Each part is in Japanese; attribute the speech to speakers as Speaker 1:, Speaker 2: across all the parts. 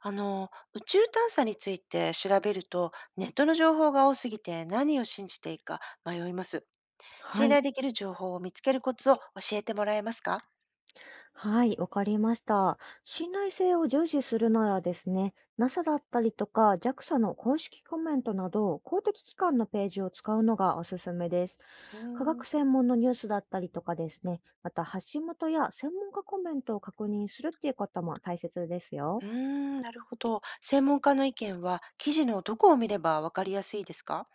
Speaker 1: 宇宙探査について調べると、ネットの情報が多すぎて何を信じていいか迷います。
Speaker 2: は
Speaker 1: 信
Speaker 2: い。
Speaker 1: 頼できる情報を見つけるコツを教えてもらえますか？
Speaker 2: はい、わかりました。信頼性を重視するならですね、NASA だったりとか JAXA の公式コメントなど、公的機関のページを使うのがおすすめです。
Speaker 1: うー
Speaker 2: 科
Speaker 1: ん、
Speaker 2: 学
Speaker 1: う
Speaker 2: 専門のニュースだったりとかですね、また発信元や専門家コメントを確認するっていうことも大切ですよ。
Speaker 1: ーん、なるほど。専門家の意見は記事のどこを見ればわかりやすいですか？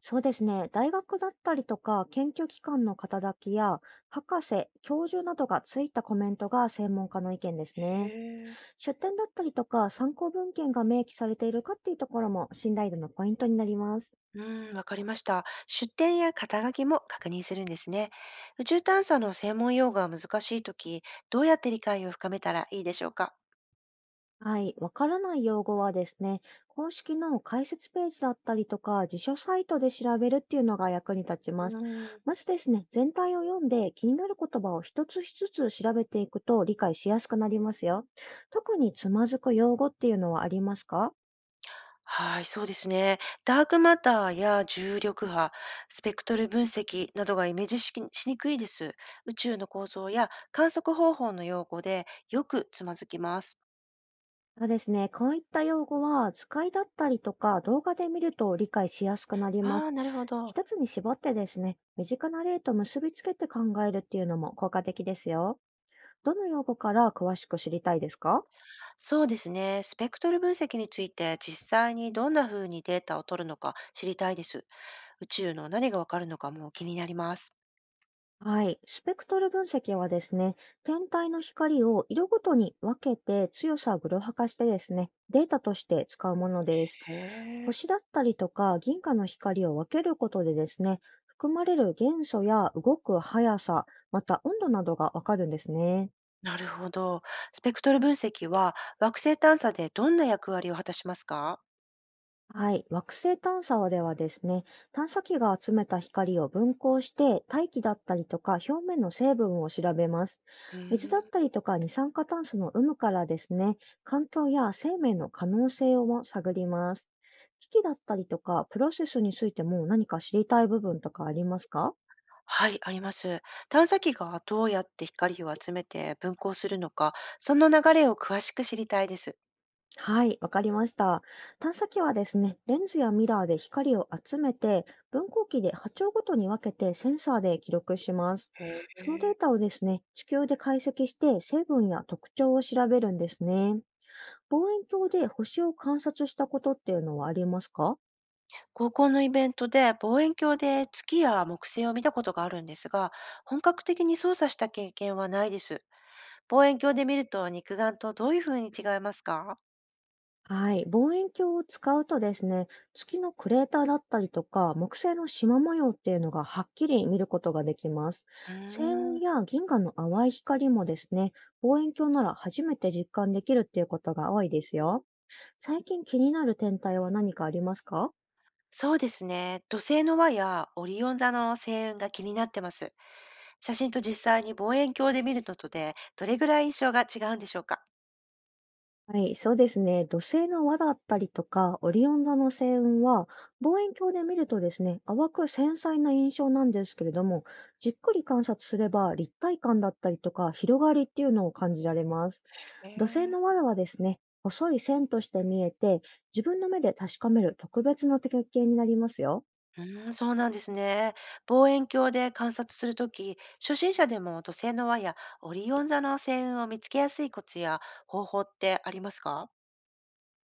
Speaker 2: そうですね、大学だったりとか研究機関の肩書きや、博士、教授などがついたコメントが専門家の意見ですね。
Speaker 1: へえ。
Speaker 2: 出典だったりとか参考文献が明記されているかっていうところも信頼度のポイントになります。
Speaker 1: うーん、わかりました。出典や肩書きも確認するんですね。宇宙探査の専門用語が難しいとき、どうやって理解を深めたらいいでしょうか？
Speaker 2: はい。わからない用語はですね、公式の解説ページだったりとか、辞書サイトで調べるっていうのが役に立ち
Speaker 1: う
Speaker 2: ま
Speaker 1: ー
Speaker 2: す。
Speaker 1: ん、
Speaker 2: まずですね、全体を読んで気になる言葉を一つ一つ調べていくと理解しやすくなりますよ。特につまずく用語っていうのはありますか？
Speaker 1: はい、そうですね。ダークマターや重力波、スペクトル分析などがイメージしきしにくいです。宇宙の構造や観測方法の用語でよくつまずきます。
Speaker 2: そうですね。こういった用語は、図解だったりとか動画で見ると理解しやすくなりま
Speaker 1: あ
Speaker 2: す。
Speaker 1: あ、なるほど。
Speaker 2: 一つに絞ってですね、身近な例と結びつけて考えるっていうのも効果的ですよ。どの用語から詳しく知りたいですか？
Speaker 1: そうですね。スペクトル分析について実際にどんな風にデータを取るのか知りたいです。宇宙の何がわかるのかも気になります。
Speaker 2: はい。スペクトル分析はですね、天体の光を色ごとに分けて強さをグロ波化してですね、データとして使うものです。
Speaker 1: へえ。
Speaker 2: 星だったりとか銀河の光を分けることでですね、含まれる元素や動く速さ、また温度などがわかるんですね。
Speaker 1: なるほど。スペクトル分析は惑星探査でどんな役割を果たしますか？
Speaker 2: はい。惑星探査ではですね、探査機が集めた光を分光して、大気だったりとか表面の成分を調べます。
Speaker 1: うー
Speaker 2: 水だっ
Speaker 1: ん。
Speaker 2: たりとか二酸化炭素の有無からですね、環境や生命の可能性をも探ります。機器だったりとかプロセスについても何か知りたい部分とかありますか？
Speaker 1: はい、あります。探査機がどうやって光を集めて分光するのか、その流れを詳しく知りたいです。
Speaker 2: はい、わかりました。探査機はですね、レンズやミラーで光を集めて、分光器で波長ごとに分けてセンサーで記録します。
Speaker 1: へ
Speaker 2: そのデー
Speaker 1: え。
Speaker 2: タをですね、地球で解析して成分や特徴を調べるんですね。望遠鏡で星を観察したことっていうのはありますか？
Speaker 1: 高校のイベントで望遠鏡で月や木星を見たことがあるんですが、本格的に操作した経験はないです。望遠鏡で見ると肉眼とどういうふうに違いますか？
Speaker 2: はい。望遠鏡を使うとですね、月のクレーターだったりとか、木星の縞模様っていうのがはっきり見ることができます。
Speaker 1: うー
Speaker 2: 星雲
Speaker 1: ん。
Speaker 2: や銀河の淡い光もですね、望遠鏡なら初めて実感できるっていうことが多いですよ。最近気になる天体は何かありますか？
Speaker 1: そうですね。土星の輪やオリオン座の星雲が気になってます。写真と実際に望遠鏡で見るのとで、どれぐらい印象が違うんでしょうか？
Speaker 2: はい、そうですね。土星の輪だったりとか、オリオン座の星雲は、望遠鏡で見るとですね、淡く繊細な印象なんですけれども、じっくり観察すれば立体感だったりとか、広がりっていうのを感じられます。
Speaker 1: へ
Speaker 2: 土星
Speaker 1: え。
Speaker 2: の輪はですね、細い線として見えて、自分の目で確かめる特別な体験になりますよ。
Speaker 1: うーん、そうなんですね。望遠鏡で観察するとき、初心者でも土星の輪やオリオン座の星雲を見つけやすいコツや方法ってありますか？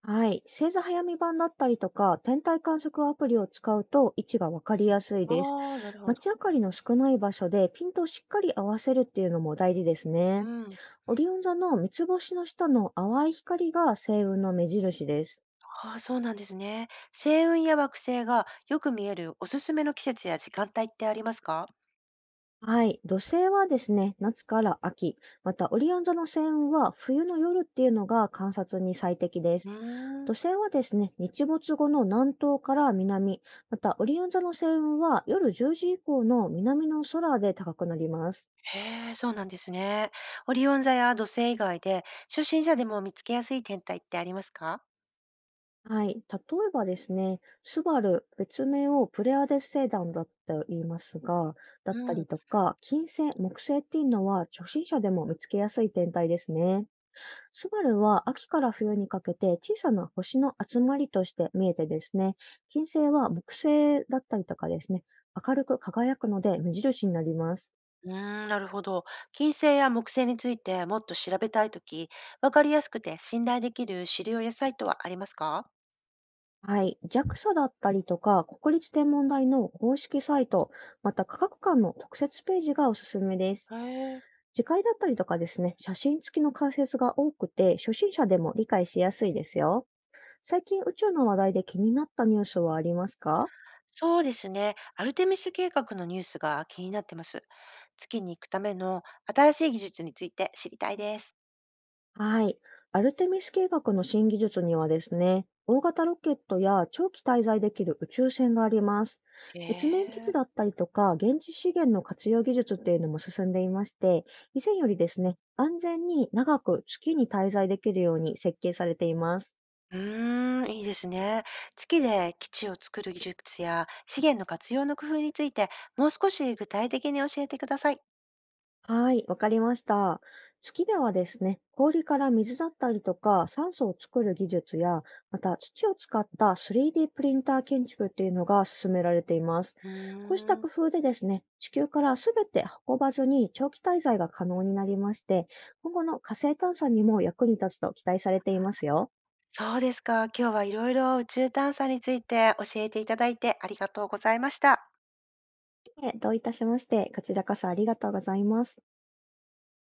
Speaker 2: はい。星座早見版だったりとか、天体観測アプリを使うと位置がわかりやすい
Speaker 1: あ
Speaker 2: です。
Speaker 1: あー、なるほど。
Speaker 2: 街明かりの少ない場所でピントをしっかり合わせるっていうのも大事です
Speaker 1: う
Speaker 2: ね。
Speaker 1: ん。
Speaker 2: オリオン座の三つ星の下の淡い光が星雲の目印です。
Speaker 1: ああ、そうなんですね。星雲や惑星がよく見えるおすすめの季節や時間帯ってありますか？
Speaker 2: はい。土星はですね、夏から秋。また、オリオン座の星雲は冬の夜っていうのが観察に最適です。
Speaker 1: うー
Speaker 2: 土
Speaker 1: ん。
Speaker 2: 星はですね、日没後の南東から南、またオリオン座の星雲は夜10時以降の南の空で高くなります。
Speaker 1: へえ、そうなんですね。オリオン座や土星以外で、初心者でも見つけやすい天体ってありますか？
Speaker 2: はい。例えばですね、スバル、別名をプレアデス星団だと言いますが、だった
Speaker 1: う
Speaker 2: り
Speaker 1: ん。
Speaker 2: とか、金星、木星っていうのは初心者でも見つけやすい天体ですね。スバルは秋から冬にかけて小さな星の集まりとして見えてですね、金星は木星だったりとかですね、明るく輝くので目印になります。
Speaker 1: うーん、なるほど。金星や木星についてもっと調べたいとき、わかりやすくて信頼できる資料やサイトはありますか？
Speaker 2: はい。JAXA だったりとか、国立天文台の公式サイト、また科学館の特設ページがおすすめです。
Speaker 1: へえ、
Speaker 2: 次回だったりとかですね、写真付きの解説が多くて、初心者でも理解しやすいですよ。最近宇宙の話題で気になったニュースはありますか？
Speaker 1: そうですね。アルテミス計画のニュースが気になってます。月に行くための新しい技術について知りたいです。
Speaker 2: はい。アルテミス計画の新技術にはですね、大型ロケットや長期滞在できる宇宙船があります。月面基地だ
Speaker 1: ええ。
Speaker 2: ったりとか、現地資源の活用技術っていうのも進んでいまして、以前よりですね、安全に長く月に滞在できるように設計されています。
Speaker 1: うーん、いいですね。月で基地を作る技術や資源の活用の工夫について、もう少し具体的に教えてください。
Speaker 2: はい、わかりました。月ではですね、氷から水だったりとか酸素を作る技術や、また土を使った 3D プリンター建築っていうのが進められています。
Speaker 1: う
Speaker 2: こうした
Speaker 1: ーん、
Speaker 2: 工夫でですね、地球からすべて運ばずに長期滞在が可能になりまして、今後の火星探査にも役に立つと期待されていますよ。
Speaker 1: そうですか。今日はいろいろ宇宙探査について教えていただいてありがとうございました。
Speaker 2: え、どういたしまして、こちらこそありがとうございます。